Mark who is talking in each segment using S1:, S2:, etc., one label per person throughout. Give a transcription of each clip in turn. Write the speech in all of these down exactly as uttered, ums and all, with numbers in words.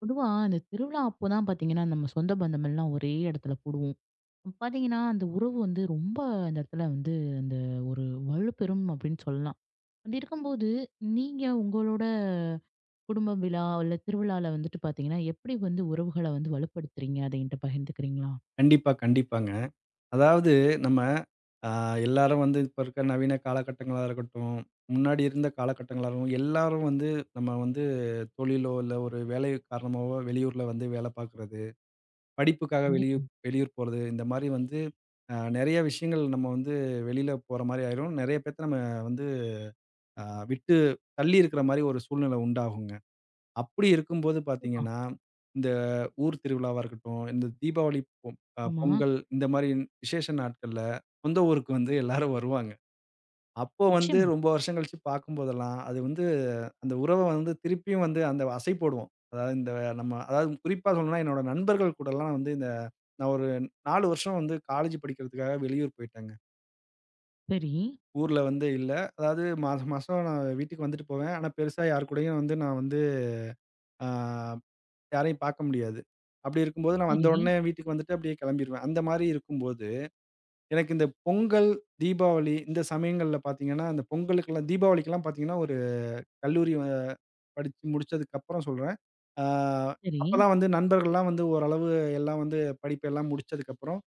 S1: பொதுவா இந்த திருவிழா அப்போதான் பாத்தீங்கன்னா, நம்ம சொந்த பந்தம் எல்லாம் ஒரே இடத்துல கூடுவோம். பாத்தீங்கன்னா, அந்த உறவு வந்து ரொம்ப அந்த இடத்துல வந்து அந்த ஒரு வலுப்பெறும் அப்படின்னு சொல்லலாம். அப்படி இருக்கும்போது, நீங்க உங்களோட குடும்ப விழா இல்ல திருவிழால வந்துட்டு பாத்தீங்கன்னா, எப்படி வந்து உறவுகள வந்து வலுப்படுத்துறீங்க? அத என்கிட்ட பகிர்ந்துக்கிறீங்களா?
S2: கண்டிப்பா, கண்டிப்பாங்க. அதாவது நம்ம அ எல்லாரும் வந்து இப்ப இருக்க நவீன காலகட்டங்களா இருக்கட்டும், முன்னாடி இருந்த காலகட்டங்களா இருக்கட்டும், எல்லாரும் வந்து நம்ம வந்து தொழிலோ, இல்ல ஒரு வேலை காரணமாவோ வெளியூர்ல வந்து வேலை பார்க்குறது, படிப்புக்காக வெளியூர்
S1: கண்டிப்பா,
S2: வெளியூர் போறது, இந்த மாரி வந்து அ நெறைய விஷயங்கள் நம்ம வந்து வெளியில போற மாரி ஆயிரும். நெறைய பேத்த நம்ம வந்து அ விட்டு தள்ளி இருக்கிற மாரி ஒரு சூழ்நிலை உண்டாகுங்க. அப்படி இருக்கும்போது
S1: கண்டிப்பா.
S2: பார்த்தீங்கன்னா, இந்த ஊர் திருவிழாவா இருக்கட்டும், இந்த தீபாவளி, பொ அ
S1: ஆமா.
S2: பொங்கல் இந்த மாரி விசேஷ நாட்கள்ல சொந்த ஊருக்கு வந்து எல்லாரும் வருவாங்க. அப்போ வந்து
S1: நிச்சயமா.
S2: ரொம்ப வருஷம் கழிச்சு பார்க்கும்போதெல்லாம், அது வந்து அந்த உறவ வந்து திருப்பியும் வந்து அந்த அசை போடுவோம். அதாவது இந்த நம்ம அதாவது குறிப்பா சொல்லணும்னா, என்னோட நண்பர்கள் கூடலாம் வந்து இந்த நான் ஒரு நாலு வருஷம் வந்து காலேஜ் படிக்கிறதுக்காக வெளியூர் போயிட்டேங்க.
S1: சரி,
S2: ஊர்ல வந்து இல்ல. அதாவது மாசம் மாசம் நான் வீட்டுக்கு வந்துட்டு போவேன். ஆனா, பெருசா யார் கூடயும் வந்து நான் வந்து ஆ யாரையும் பார்க்க முடியாது. அப்படி இருக்கும்போது நான் வந்த
S1: சரி,
S2: உடனே வீட்டுக்கு வந்துட்டு அப்படியே கிளம்பிருவேன். அந்த மாரி இருக்கும்போது, எனக்கு இந்த பொங்கல், தீபாவளி இந்த சமயங்கள்ல பார்த்தீங்கன்னா, அந்த பொங்கலுக்கெல்லாம் தீபாவளிக்கெல்லாம் பார்த்தீங்கன்னா, ஒரு கல்லூரி அ படிச்சு முடிச்சதுக்கப்புறம் சொல்றேன். ஆ
S1: சரி.
S2: அப்பதான் வந்து நண்பர்கள்லாம் வந்து ஓரளவு எல்லாம் வந்து படிப்பெல்லாம் முடிச்சதுக்கப்புறம்,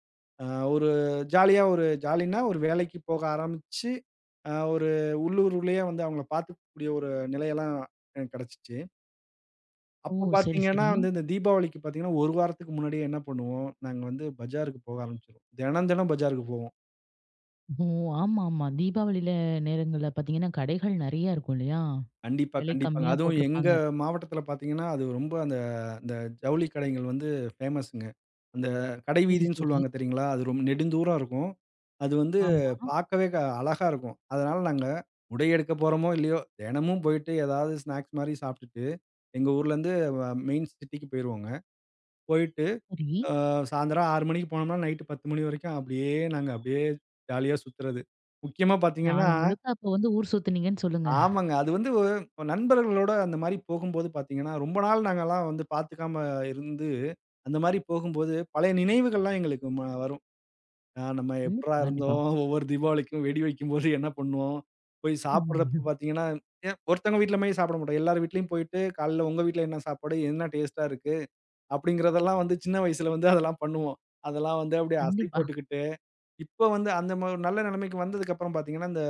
S2: அ ஒரு ஜாலியா ஒரு ஜாலின்னா ஒரு வேலைக்கு போக ஆரம்பிச்சு, அ ஒரு உள்ளூர்லயே வந்து அவங்கள பார்த்துக்கக்கூடிய ஒரு நிலையெல்லாம் எனக்கு கிடைச்சுச்சு.
S1: ஓ!
S2: அப்போ
S1: சரி,
S2: பார்த்தீங்கன்னா,
S1: சரி.
S2: வந்து இந்த தீபாவளிக்கு பார்த்தீங்கன்னா, ஒரு வாரத்துக்கு முன்னாடியே என்ன பண்ணுவோம், நாங்க வந்து பஜாருக்கு போக ஆரம்பிச்சுருவோம். தினம், தினம் பஜாருக்கு போவோம்.
S1: ஓ! ஆமா, ஆமா. தீபாவளியில நேரங்கள்ல பாத்தீங்கன்னா, கடைகள் நெறைய இருக்கும் இல்லையா?
S2: கண்டிப்பா,
S1: விலை
S2: கண்டிப்பாங்க.
S1: கம்மியா
S2: அதுவும் எங்க
S1: போட்டிருப்பாங்க.
S2: மாவட்டத்தில பார்த்தீங்கன்னா, அது ரொம்ப அந்த அந்த ஜவுளி கடைகள் வந்து ஃபேமஸுங்க. அந்த கடை
S1: சரி,
S2: வீதின்னு
S1: சரி.
S2: சொல்லுவாங்க தெரியுங்களா? அது ரொம்ப நெடுந்தூரம் இருக்கும். அது வந்து
S1: ஆமா.
S2: பார்க்கவே க அழகா இருக்கும். அதனால நாங்க உடை எடுக்க போறோமோ! இல்லையோ! தினமும் போயிட்டு ஏதாவது ஸ்நாக்ஸ் மாரி சாப்பிட்டுட்டு, எங்க ஊர்லேருந்து வ மெயின் சிட்டிக்கு போயிருவோங்க. போயிட்டு
S1: சரி.
S2: அ சாயந்தரம் ஆறு மணிக்கு போனோம்னா, நைட்டு பத்து மணி வரைக்கும் அப்படியே நாங்க அப்படியே ஜாலியா சுத்துறது. முக்கியமா பார்த்தீங்கன்னா
S1: நாள் முழுக்க அப்ப வந்து ஊர் சுத்துனீங்கன்னு சொல்லுங்க.
S2: ஆமாங்க. அது வந்து ஒ- நண்பர்களோட அந்த மாரி போகும்போது பார்த்தீங்கன்னா, ரொம்ப நாள் நாங்கலாம் வந்து பார்த்துக்காம இருந்து, அந்த மாரி போகும்போது பழைய நினைவுகள்லாம் எங்களுக்கு ம வரும். அ நம்ம எப்புட்றா
S1: கண்டிப்பா, கண்டிப்பா.
S2: இருந்தோம்? ஒவ்வொரு தீபாவளிக்கும் வெடி வைக்கும்போது என்ன பண்ணுவோம்? போய் சாப்பிடுறப்ப
S1: ம்.
S2: பார்த்தீங்கன்னா, ஏன் ஒருத்தவங்க வீட்ல மாரி சாப்பிட மாட்டோம். எல்லார் வீட்லயும் போயிட்டு, காலைல உங்க வீட்ல என்ன சாப்பாடு? என்ன டேஸ்ட்டா இருக்கு? அப்படிங்கிறதெல்லாம் வந்து சின்ன வயசுல வந்து அதெல்லாம் பண்ணுவோம். அதெல்லாம் வந்து அப்படியே அசை
S1: கண்டிப்பா.
S2: போட்டுக்கிட்டு, இப்ப வந்து அந்த ம ஒரு நல்ல நிலைமைக்கு வந்ததுக்கப்புறம் பார்த்தீங்கன்னா, இந்த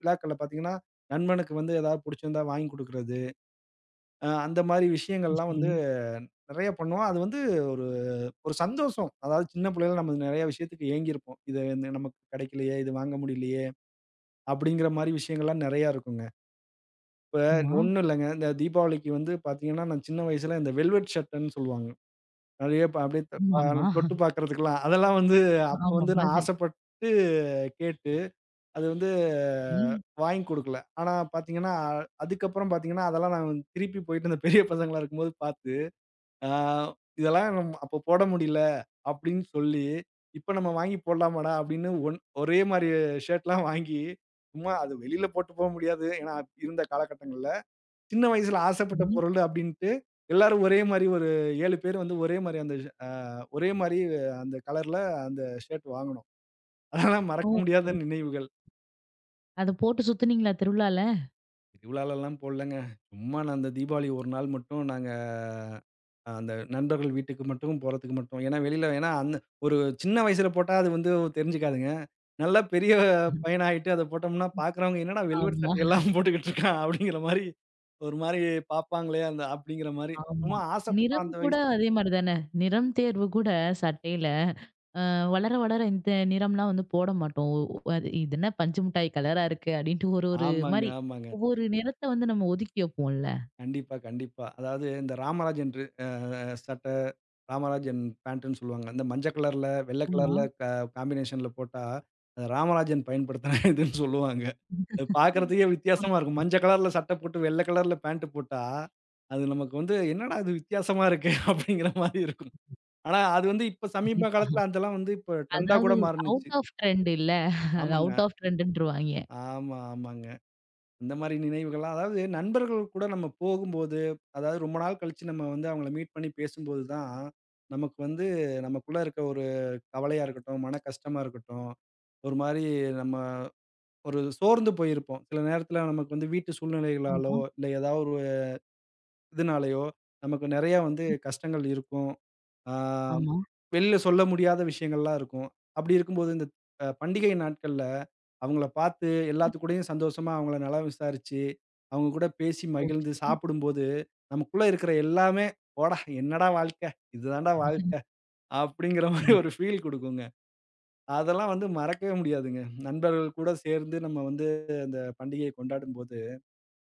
S2: விழாக்கள்ல பார்த்தீங்கன்னா, நண்பனுக்கு வந்து ஏதாவது புடிச்சிருந்தா வாங்கி குடுக்குறது. அ அந்த மாரி விஷயங்கள்லாம்
S1: சரி.
S2: வந்து நெறைய பண்ணுவோம். அது வந்து ஒரு ஒரு சந்தோஷம். அதாவது சின்ன பிள்ளையில நம்ம நெறைய விஷயத்துக்கு ஏங்கியிருப்போம். இது வந்து நமக்கு கெடைக்கலையே, இது வாங்க முடியலையே, அப்படிங்கிற மாரி விஷயங்கள்லாம் நெறையா இருக்குங்க. இப்ப
S1: ஆமா.
S2: ஒண்ணும் இல்லங்க. இந்த தீபாவளிக்கு வந்து பார்த்தீங்கன்னா, நான் சின்ன வயசுல இந்த வெல்வெட் ஷர்ட்டுன்னு சொல்லுவாங்க. அப்படியே ப அப்படியே த ப
S1: ஆமாமா.
S2: தொட்டு பார்க்கறதுக்கெல்லாம். அதெல்லாம் வந்து அப்ப
S1: ஆமா.
S2: வந்து நான்
S1: மாதிரி.
S2: ஆசைப்பட்டு கேட்டு, அது வந்து
S1: சரி,
S2: வாங்கி குடுக்கல. ஆனா பார்த்தீங்கன்னா, அதுக்கப்புறம் பார்த்தீங்கன்னா, அதெல்லாம் நான் வந்து திருப்பி போயிட்டு அந்த பெரிய பசங்களா இருக்கும்போது பார்த்து, ஆ இதெல்லாம் நம் அப்ப போட முடியல அப்படின்னு சொல்லி, இப்ப நம்ம வாங்கி போடலாமாடா அப்படின்னு ஒன் ஒரே மாரி ஷர்ட்லாம் வாங்கி, சும்மா அது வெளியில போட்டு போ முடியாது. ஏன்னா இருந்த காலகட்டங்கள்ல. சின்ன வயசுல ஆசைப்பட்ட
S1: சரி.
S2: பொருள் அப்டின்ட்டு, எல்லாரும் ஒரே மாரி ஒரு ஏழு பேர் வந்து ஒரே மாரி அந்த அ ஒரே மாரி அந்த கலர்ல அந்த ஷர்ட் வாங்குனோம். அதெல்லாம்
S1: ஓ!
S2: மறக்க முடியாத
S1: சரி.
S2: நினைவுகள்.
S1: அத போட்டு சுத்துனீங்களா திருவிழால?
S2: திருவிழாலலாம் போடலங்க. சும்மா நான் அந்த தீபாவளி ஒரு நாள் மட்டும் நாங்க அஹ், அந்த நண்பர்கள் வீட்டுக்கு மட்டும் போறதுக்கு மட்டும். ஏன்னா வெளியில ஏன்னா அந்த ஒரு சின்ன வயசுல போட்டா அது வந்து தெரிஞ்சுக்காதுங்க. நல்லா பெரிய பையனா ஆயிட்டு அத போட்டோம்னா பார்க்குறவங்க என்னடா வெல்வெட்
S1: ஆமா,
S2: சட்டையெல்லாம் போட்டுக்கிட்டு இருக்கான் அப்படிங்கிற மாரி ஒரு மாரி பார்ப்பாங்களே அந்த அப்படிங்கிற மாரி.
S1: ஆமா.
S2: சும்மா ஆசைப்பட்டோம்
S1: நிறம்
S2: அந்த
S1: கூட
S2: வயசு.
S1: அதே மாரி தானே. நிறம் தேர்வு கூட சட்டையில, அ வளர வளர இந்த நிறம்லாம் வந்து போட மாட்டோம். ஒ அது இது என்ன பஞ்சு மிட்டாய் கலரா இருக்கு அப்படின்ட்டு ஒரு ஒரு
S2: ஆமாங்க,
S1: மாரி
S2: ஆமாங்க.
S1: ஒவ்வொரு நிறத்த வந்து நம்ம ஒதுக்கி வைப்போம்ல.
S2: கண்டிப்பா, கண்டிப்பா. அதாவது இந்த ராமராஜன் ட்ரு அ சட்டை, ராமராஜன் பேண்ட்டுன்னு சொல்லுவாங்க. இந்த மஞ்ச கலர்ல, வெள்ள
S1: ஆமா.
S2: கலர்ல க காம்பினேஷன்ல போட்டா, அது ராமராஜன் பயன்படுத்தின இதுன்னு சொல்லுவாங்க. அது பார்க்கறதுக்கே
S1: ஓ!
S2: வித்தியாசமா இருக்கும்.
S1: சரி.
S2: மஞ்ச கலர்ல சட்டை போட்டு, வெள்ள கலர்ல பேண்ட் போட்டா, அது நமக்கு வந்து என்னடா இது வித்தியாசமா இருக்கே! அப்படிங்கிற மாரி இருக்கும். ஆனா, அது வந்து இப்ப சமீப
S1: கண்டிப்பா.
S2: காலத்துல அதெல்லாம் வந்து இப்ப ட்ரெண்டா
S1: அதாவது
S2: கூட மாறுனுச்சு.
S1: அவுட் ஆஃப் ட்ரெண்ட் இல்ல. அது
S2: ஆமாங்க.
S1: அவுட் ஆஃப் ட்ரெண்டுன்ருவாய்ங்க.
S2: ஆமா, ஆமாங்க. இந்த மாரி நினைவுகள்லாம் அதாவது நண்பர்கள் கூட நம்ம போகும்போது, அதாவது ரொம்ப நாள் கழிச்சு நம்ம வந்து அவங்கள மீட் பண்ணி பேசும்போது தான், நமக்கு வந்து நமக்குள்ள இருக்க ஒரு கவலையா இருக்கட்டும், மன கஷ்டமா இருக்கட்டும், ஒரு மாரி நம்ம ஒரு சோர்ந்து போயிருப்போம். சில நேரத்தில நமக்கு வந்து வீட்டு சூழ்நிலைகளாலோ,
S1: ஆமா.
S2: இல்ல ஏதாவது ஒரு இதுனாலயோ, நமக்கு நெறையா வந்து
S1: ம்.
S2: கஷ்டங்கள் இருக்கும். ஆ,
S1: ஆமா.
S2: வெளில சொல்ல முடியாத விஷயங்கள்லாம் இருக்கும். அப்படி இருக்கும்போது, இந்த அ பண்டிகை நாட்கள்ல அவங்கள பார்த்து எல்லாத்து கூடயும் சந்தோஷமா அவங்கள நலம் விசாரிச்சு, அவங்க கூட பேசி
S1: ஓ!
S2: மகிழ்ந்து
S1: சரி.
S2: சாப்பிடும்போது, நமக்குள்ள இருக்கிற எல்லாமே, "போடா என்னடா வாழ்க்கை! இதுதான்டா வாழ்க்கை!" அப்படிங்கிற மாரி ஒரு
S1: கண்டிப்பா.
S2: ஃபீல் குடுக்குங்க. அதெல்லாம் வந்து மறக்கவே முடியாதுங்க. நண்பர்கள் கூட சேர்ந்து நம்ம வந்து அந்த பண்டிகையை கொண்டாடும்போது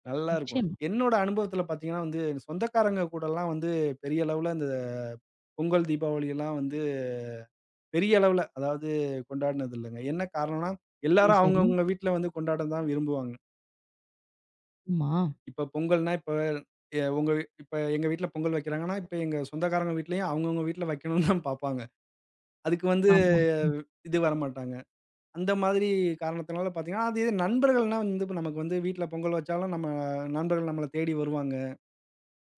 S2: நல்லாருக்கும்.
S1: நிச்சயமா.
S2: என்னோட அனுபவத்தில பார்த்தீங்கன்னா வந்து, சொந்தக்காரங்க கூடலாம் வந்து பெரிய அளவுல இந்த பொங்கல், தீபாவளிலாம் வந்து பெரிய அளவுல அதாவது கொண்டாடினது இல்லங்க. என்ன காரணம்னா,
S1: சரி,
S2: எல்லாரும்
S1: சரி.
S2: அவங்கவங்க வீட்ல வந்து கொண்டாட தான் விரும்புவாங்க.
S1: ஆமா.
S2: இப்ப பொங்கல்னா, இப்ப எ உங்க வீ- இப்ப எங்க வீட்ல பொங்கல் வைக்கிறாங்கன்னா, இப்ப எங்க சொந்தக்காரங்க வீட்லயும் அவங்கவங்க வீட்ல வைக்கணும்னு தான் பார்ப்பாங்க. அதுக்கு வந்து
S1: ஆமா.
S2: இது வரமாட்டாங்க. அந்த மாதிரி காரணத்தினால பார்த்தீங்கன்னா, அது இது நண்பர்கள்னா வந்து இப்ப நமக்கு வந்து வீட்ல பொங்கல் வச்சாலும் நம்ம நண்பர்கள் நம்மள தேடி வருவாங்க.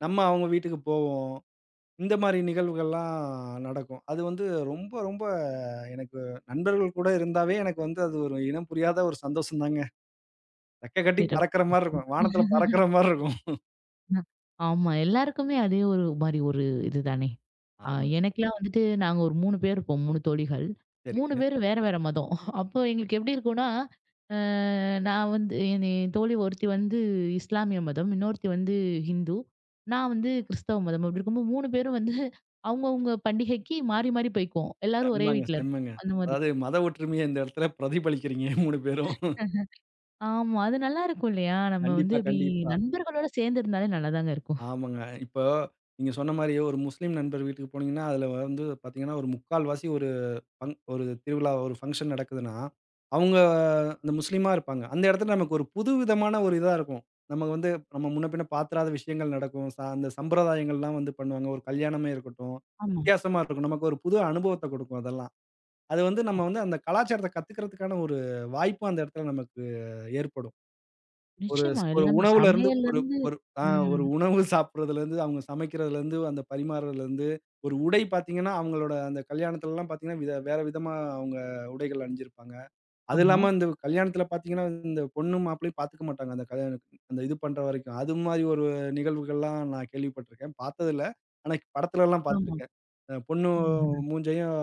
S2: நம்ம அவங்க வீட்டுக்கு போவோம். இந்த மாரி நிகழ்வுகள்லாம் நடக்கும். அது வந்து ரொம்ப ரொம்ப எனக்கு நண்பர்கள் கூட இருந்தாவே எனக்கு வந்து அது ஒரு இனம் புரியாத ஒரு சந்தோஷம் தாங்க. ரெக்க கட்டி பறக்கிற
S1: சிறப்பு,
S2: மாரி இருக்கும்.
S1: சிறப்பு.
S2: வானத்தில பறக்கிற மாரி இருக்கும்.
S1: அ. ஆமா. எல்லாருக்குமே அதே ஒரு மாரி ஒரு இதுதானே. அ
S2: ஆமா.
S1: எனக்கெல்லாம் வந்துட்டு நாங்க ஒரு மூன்று பேர் இருப்போம். மூன்று தோழிகள். மூன்று
S2: சரிங்க.
S1: பேரும் வேற வேற மதம். அப்போ எங்களுக்கு எப்படி இருக்கும்னா, அ நான் வந்து என் என் தோழி ஒருத்தி வந்து இஸ்லாமிய மதம், இன்னொருத்தி வந்து ஹிந்து, நான் வந்து கிறிஸ்தவ மதம். அப்படி இருக்கும்போது மூன்று பேரும் வந்து அவங்கவங்க பண்டிகைக்கு மாறி மாறி போய்க்குவோம். எல்லாரும் ஒரே
S2: செம்மங்க,
S1: வீட்ல இருப்போம்.
S2: செம்மங்க.
S1: அந்த மாதிரி.
S2: அதாவது மத ஒற்றுமைய இந்த இடத்துல பிரதிபலிக்கிறீங்க மூணு பேரும்.
S1: ஆமா. அது நல்லாருக்கும் இல்லையா? நம்ம வந்து
S2: கண்டிப்பா,
S1: இப்படி
S2: கண்டிப்பா.
S1: நண்பர்களோட சேர்ந்து இருந்தாலே நல்லாதாங்க இருக்கும்.
S2: ஆமாங்க. இப்போ நீங்க சொன்ன மாரி ஒரு முஸ்லீம் நண்பர் வீட்டுக்கு போனீங்கன்னா, அதில வந்து பார்த்தீங்கன்னா, ஒரு முக்கால் வாசி ஒரு ஃபங் ஒரு திருவிழா, ஒரு ஃபங்ஷன் நடக்குதுன்னா, அவங்க அந்த முஸ்லீமா இருப்பாங்க. அந்த இடத்துல நமக்கு ஒரு புதுவிதமான ஒரு இதா இருக்கும். நம்ம வந்து நம்ம முன்ன பின்ன பாத்திராத விஷயங்கள் நடக்கும். ச அந்த சம்பிரதாயங்கள்லாம் வந்து பண்ணுவாங்க. ஒரு கல்யாணமே இருக்கட்டும்,
S1: ஆமா.
S2: வித்தியாசமா இருக்கும். நமக்கு ஒரு புது அனுபவத்த கொடுக்கும் அதெல்லாம். அது வந்து நம்ம வந்து அந்த கலாச்சாரத்த கத்துக்கிறதுக்கான ஒரு வாய்ப்பும் அந்த இடத்துல நமக்கு ஏற்படும். ஒரு ஸ்
S1: நிச்சயமா.
S2: ஒரு
S1: எல்லாமே
S2: உணவுலருந்து
S1: சமையல்ல
S2: ஒரு
S1: இருந்து
S2: ஒரு ஆ
S1: ம்.
S2: ஒரு உணவு சாப்பிடுறதுலருந்து, அவங்க சமைக்கிறதுலருந்து, அந்த பரிமாறுறதுலருந்து, ஒரு உடை பார்த்தீங்கன்னா, அவங்களோட அந்த கல்யாணத்துலலாம் பார்த்தீங்கன்னா, வித வேற விதமா அவங்க உடைகள் அணிஞ்சிருப்பாங்க. அது
S1: ஆமா.
S2: இல்லாம இந்த கல்யாணத்துல பார்த்தீங்கன்னா, இந்த பொண்ணும் மாப்பிள்ளையும் பார்த்துக்க மாட்டாங்க. அந்த கல்யாண அந்த இது பண்ற வரைக்கும். அது மாரி ஒரு நிகழ்வுகள்லாம் நான் கேள்விப்பட்டுருக்கேன். பார்த்ததில்ல. ஆனா படத்துலலாம்
S1: ஆமா.
S2: பார்த்துருக்கேன். அ பொண்ணு
S1: ம்.
S2: மூஞ்சையும்,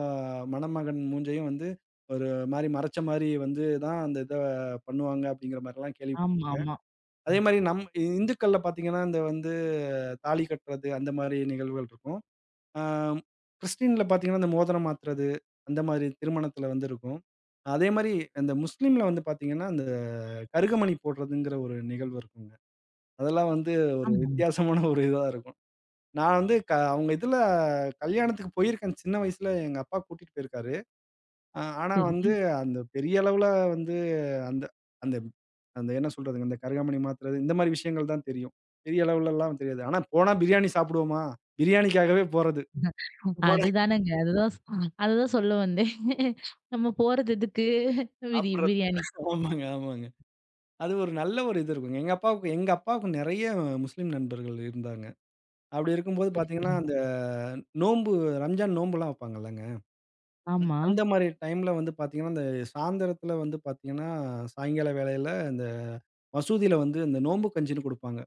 S2: மணமகன் மூஞ்சையும் வந்து ஒரு மாரி மறைச்ச மாரி வந்து தான் அந்த இத பண்ணுவாங்க, அப்படிங்கிற மாரிலாம்
S1: ஆமா,
S2: கேள்விப்பட்டுருக்கேன்.
S1: ஆமா.
S2: அதே
S1: ம்.
S2: மாரி நம் இந்துக்கள்ல பார்த்தீங்கன்னா, இந்த வந்து தாலி கட்டுறது அந்த மாரி நிகழ்வுகள் இருக்கும். ஆ கிறிஸ்டின்ல பார்த்தீங்கன்னா, இந்த மோதிரம் மாத்துறது அந்த மாரி திருமணத்தில வந்து இருக்கும். அதே மாரி அந்த முஸ்லீம்ல வந்து பார்த்தீங்கன்னா, இந்த கருகமணி போடுறதுங்கிற ஒரு நிகழ்வு இருக்குங்க. அதெல்லாம் வந்து ஒரு
S1: ஆமாமா.
S2: வித்தியாசமான ஒரு இதா இருக்கும். நான் வந்து க அவங்க இதுல கல்யாணத்துக்கு போயிருக்கேன் சின்ன வயசுல எங்க அப்பா கூட்டிட்டு போயிருக்காரு. ஆ ஆனா
S1: சரி.
S2: வந்து அந்த பெரிய அளவுல வந்து அந்த அந்த அந்த என்ன சொல்றதுங்க, அந்த கருகாமணி மாத்துறது, இந்த மாரி விஷயங்கள் தான் தெரியும். பெரிய அளவுலலாம் தெரியாது. ஆனா போனா பிரியாணி சாப்பிடுவோமா? பிரியாணிக்காகவே போறது. போனா
S1: அதுதானங்க. அதுதான் சொ அதுதான் சொல்ல வந்தேன். நம்ம போறது எதுக்கு? பிரி
S2: சாப்பிடுறது.
S1: பிரியாணி.
S2: ஆமாங்க, ஆமாங்க. அது ஒரு நல்ல ஒரு இது இருக்குங்க. எங்க அப்பாவுக்கு எங்க அப்பாவுக்கு நெறைய முஸ்லீம் நண்பர்கள் இருந்தாங்க. அப்படி
S1: ஓ!
S2: இருக்கும்போது
S1: சரி,
S2: பார்த்தீங்கன்னா,
S1: சரி.
S2: அந்த நோன்பு ரம்ஜான் நோன்புலாம் வைப்பாங்கல்லங்க.
S1: ஆமா.
S2: அந்த மாரி டைம்ல வந்து பார்த்தீங்கன்னா, அந்த சாயந்தரத்தில வந்து பார்த்தீங்கன்னா, சாயங்கால வேளையில இந்த மசூதியில வந்து இந்த நோம்பு கஞ்சின்னு குடுப்பாங்க.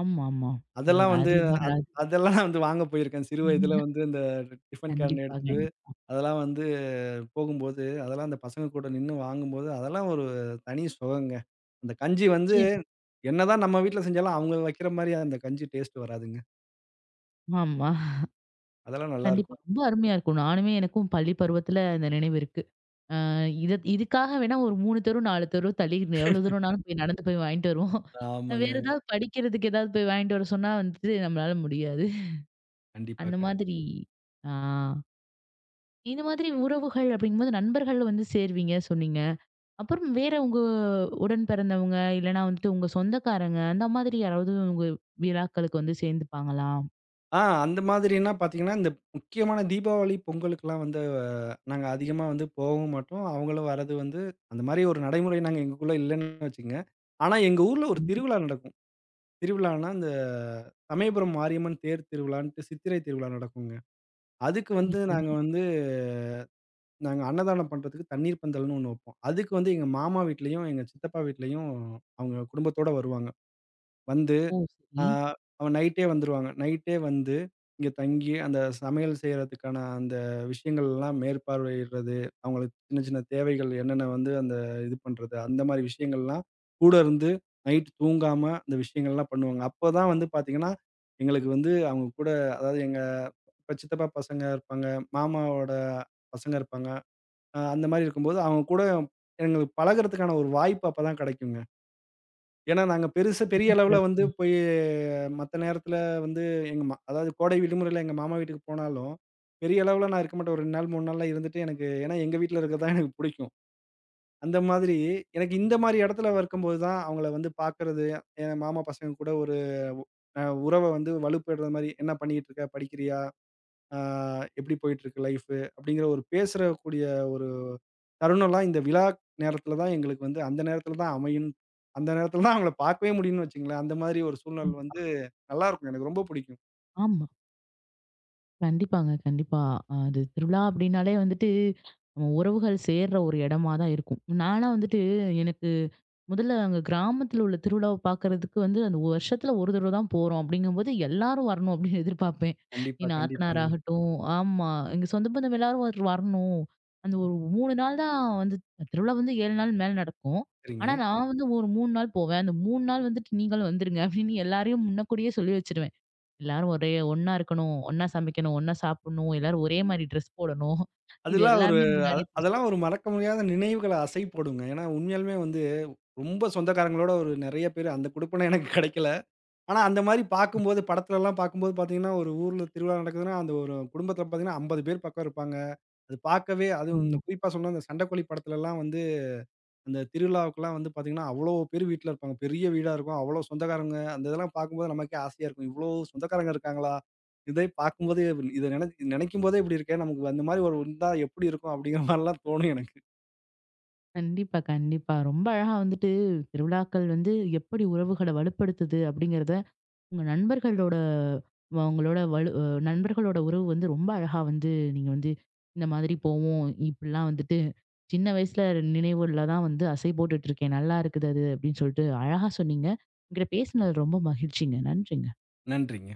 S1: ஆமாமா. அ
S2: அதெல்லாம் வந்து
S1: அது
S2: அத்
S1: வராது.
S2: அதெல்லாம் நான் வந்து வாங்க போயிருக்கேன். சிறு வயதில வந்து இந்த டிஃபன் கேன்
S1: கண்டிப்பா,
S2: எடுத்துட்டு,
S1: கண்டிப்பா.
S2: அதெல்லாம் வந்து போகும்போது, அதெல்லாம் அந்த பசங்க கூட நின்னு வாங்கும்போது, அதெல்லாம் ஒரு தனி சுகங்க. அந்த கஞ்சி வந்து
S1: நிச்சயமா.
S2: என்னதான் நம்ம வீட்ல செஞ்சாலும், அவங்க வைக்கிற மாரி அந்த கஞ்சி டேஸ்ட் வராதுங்க.
S1: ஆமா.
S2: அதெல்லாம்
S1: கண்டிப்பா.
S2: நல்லாருக்கும்.
S1: ரொம்ப அருமையா இருக்கும். நானுமே எனக்கும் பள்ளி பருவத்துல அந்த நினைவு இருக்கு. அ இத இதுக்காக வேணா ஒரு மூன்று தெரு, நான்கு தெரு தள்ளி எவ்வளவு தூரம்னாலும் போய் நடந்து போய் வாங்கிட்டு வருவோம்.
S2: ஆமாங்க.
S1: வேற ஏதாவது படிக்கிறதுக்கு ஏதாவது போய் வாங்கிட்டு வர சொன்னா வந்துட்டு நம்மளால முடியாது.
S2: கண்டிப்பா,
S1: அந்த
S2: கண்
S1: மாதிரி ஆ இந்த மாதிரி உறவுகள் அப்படிங்கும்போது நண்பர்கள் வந்து சேருவீங்க சொன்னீங்க. அப்புறம் வேற உங்க உடன் பிறந்தவங்க, இல்லன்னா வந்துட்டு உங்க சொந்தக்காரங்க அந்த மாதிரி யாராவது உங்க விழாக்களுக்கு வந்து சேர்ந்துப்பாங்களா?
S2: ஆ அந்த மாதிரின்னா பார்த்தீங்கன்னா, இந்த முக்கியமான தீபாவளி, பொங்கலுக்குலாம் வந்து அஹ், நாங்க அதிகமா வந்து போகவும் மாட்டோம். அவங்களும் வரது வந்து அந்த மாரி ஒரு நடைமுறை நாங்க எங்களுக்குள்ள இல்லன்னு வச்சுக்கங்க. ஆனா எங்க ஊர்ல ஒரு திருவிழா நடக்கும். திருவிழான்னா, இந்த சமயபுரம் மாரியம்மன் தேர் திருவிழான்ட்டு சித்திரை திருவிழா நடக்குங்க. அதுக்கு
S1: சரி,
S2: வந்து
S1: சரி,
S2: நாங்க
S1: சரி.
S2: வந்து நாங்க அன்னதானம் பண்றதுக்கு தண்ணீர் பந்தல்னு ஒண்ணு வைப்போம். அதுக்கு வந்து எங்க மாமா வீட்லயும், எங்க சித்தப்பா வீட்லயும் அவங்க குடும்பத்தோட வருவாங்க. வந்து
S1: ஓ!
S2: ஆ,
S1: சரி.
S2: அவன் நைட்டே வந்துருவாங்க. நைட்டே வந்து இங்க தங்கி, அந்த சமையல் செய்றதுக்கான அந்த விஷயங்கள்லாம் மேற்பார்வையிடுறது, அவங்களுக்கு சின்ன சின்ன தேவைகள் என்னென்ன வந்து அந்த இது பண்றது, அந்த மாரி விஷயங்கள்லாம் கூட இருந்து நைட் தூங்காம அந்த விஷயங்கள்லாம் பண்ணுவாங்க. அப்பதான் வந்து பார்த்தீங்கன்னா, எங்களுக்கு வந்து அவங்க கூட அதாவது எங்க இப்ப சித்தப்பா பசங்க இருப்பாங்க, மாமாவோட பசங்க இருப்பாங்க. அ அந்த மாரி இருக்கும்போது அவங்க கூட எங்களுக்கு பழகுறதுக்கான ஒரு வாய்ப்பு அப்பதான் கெடைக்குங்க. ஏன்னா, நாங்க பெருசா பெரிய அளவுல வந்து
S1: சிறப்பு.
S2: போய் மத்த நேரத்துல வந்து எங்க மா அதாவது கோடை விடுமுறையில எங்க மாமா வீட்டுக்கு போனாலும், பெரிய அளவுல நான் இருக்க மாட்டேன். ஒரு இரண்டு நாள், மூணு நாள்லாம் இருந்துட்டு எனக்கு ஏன்னா எங்க வீட்ல இருக்கிறது தான் எனக்கு புடிக்கும். அந்த மாதிரி எனக்கு இந்த மாரி இடத்துல இருக்கும்போது தான் அவங்கள வந்து பார்க்கறது, என் மாமா பசங்க கூட ஒரு அ உறவ வந்து வலுப்படுற மாரி, "என்ன பண்ணிக்கிட்டு இருக்க? படிக்கிறியா?" ஆ எப்படி போயிட்டுருக்கு லைஃபு? அப்படிங்கிற ஒரு பேசுறக்கூடிய ஒரு தருணம்லாம் இந்த விழா நேரத்தில தான் எங்களுக்கு வந்து அந்த நேரத்தில தான் அமையும். அந்த நேரத்தில தான் அவங்கள பார்க்கவே முடியும்னு வச்சுக்கங்களேன். அந்த மாதிரி ஒரு சூழ்நிலை வந்து நல்லாருக்கும். எனக்கு ரொம்ப பிடிக்கும்.
S1: ஆமா. கண்டிப்பாங்க, கண்டிப்பா. அது திருவிழா அப்படின்னாலே வந்துட்டு, நம்ம உறவுகள் சேர்ற ஒரு இடமா தான் இருக்கும். நான்லாம் வந்துட்டு எனக்கு முதல்ல அங்க கிராமத்துல உள்ள திருவிழாவ பார்க்கறதுக்கு வந்து அந்த வருஷத்துல ஒரு தடவ தான் போறோம் அப்படிங்கும்போது, எல்லாரும் வரணும் அப்படின்னு எதிர்பார்ப்பேன்.
S2: கண்டிப்பா,
S1: என் நாத்தனார்
S2: கண்டிப்பாங்க.
S1: ஆகட்டும். ஆமா. எங்க சொந்த பந்தம் எல்லாரும் வர் வரணும். அந்த ஒரு மூன்று நாள் தான் வந்து திருவிழா வந்து ஏழு நாள் மேல நடக்கும். ஆனா
S2: சரிங்க.
S1: நான் வந்து ஒரு மூன்று நாள் போவேன். அந்த மூன்று நாள் வந்துட்டு நீங்களும் வந்துருங்க அப்படின்னு எல்லாரையும் முன்னக்கூடியே சொல்லி வச்சிருவேன். எல்லாரும் ஒரே ஒண்ணா இருக்கணும், ஒண்ணா சமைக்கணும், ஒண்ணா சாப்பிடணும், எல்லாரும் ஒரே மாரி ட்ரெஸ் போடணும். இது
S2: அதெல்லாம் ஒரு
S1: எல்லாமே
S2: அ
S1: முன்னாடியே பேசுவோம்.
S2: அதெல்லாம் ஒரு மறக்க முடியாத நினைவுகள அசை போடுங்க. ஏன்னா உண்மையாலுமே வந்து ரொம்ப சொந்தக்காரங்களோட ஒரு நெறைய பேரு அந்த குடுப்பினை எனக்கு கிடைக்கல. ஆனா அந்த மாரி பார்க்கும்போது படத்துலலாம் பார்க்கும்போது பார்த்தீங்கன்னா, ஒரு ஊர்ல திருவிழா நடக்குதுன்னா, அந்த ஒரு குடும்பத்தில பார்த்தீங்கன்னா ஐம்பது பேர் பக்கம் இருப்பாங்க. அது பார்க்கவே அதுவும்
S1: ஆமா.
S2: இந்த குறிப்பா சொன்னா அந்த சண்டைக்கோழி படத்துலலாம் வந்து, அந்த திருவிழாவுக்குலாம் வந்து பார்த்தீங்கன்னா, அவ்ளோ பேர் வீட்ல இருப்பாங்க. பெரிய வீடா இருக்கும். அவ்ளோ சொந்தக்காரங்க. அந்த இதெல்லாம் பார்க்கும்போது நமக்கே ஆசையா இருக்கும். இவ்ளோ சொந்தக்காரங்க இருக்காங்களா? இதை பார்க்கும்போதே இத நினை நினைக்கும்போதே இப்படி இருக்கே! நமக்கு அந்த மாரி ஒரு இருந்தா எப்படி இருக்கும்? அப்படிங்கிற மாரிலாம் தோணும் எனக்கு.
S1: கண்டிப்பா, கண்டிப்பா. ரொம்ப அழகா வந்துட்டு திருவிழாக்கள் வந்து எப்படி உறவுகள வலுப்படுத்துது அப்படிங்கிறத, உங்க நண்பர்களோட உங்களோட வலு அ நண்பர்களோட உறவு வந்து ரொம்ப அழகா வந்து நீங்க வந்து இந்த மாதிரி போவோம். இப்படிலாம் வந்துட்டு சின்ன வயசுல நினைவுல தான் வந்து அசை போட்டுட்டு இருக்கேன். நல்லா இருக்குது அது அப்படின்னு சொல்லிட்டு அழகா சொன்னீங்க. உங்ககிட்ட பேசினது ரொம்ப மகிழ்ச்சிங்க. நன்றிங்க.
S2: நன்றிங்க.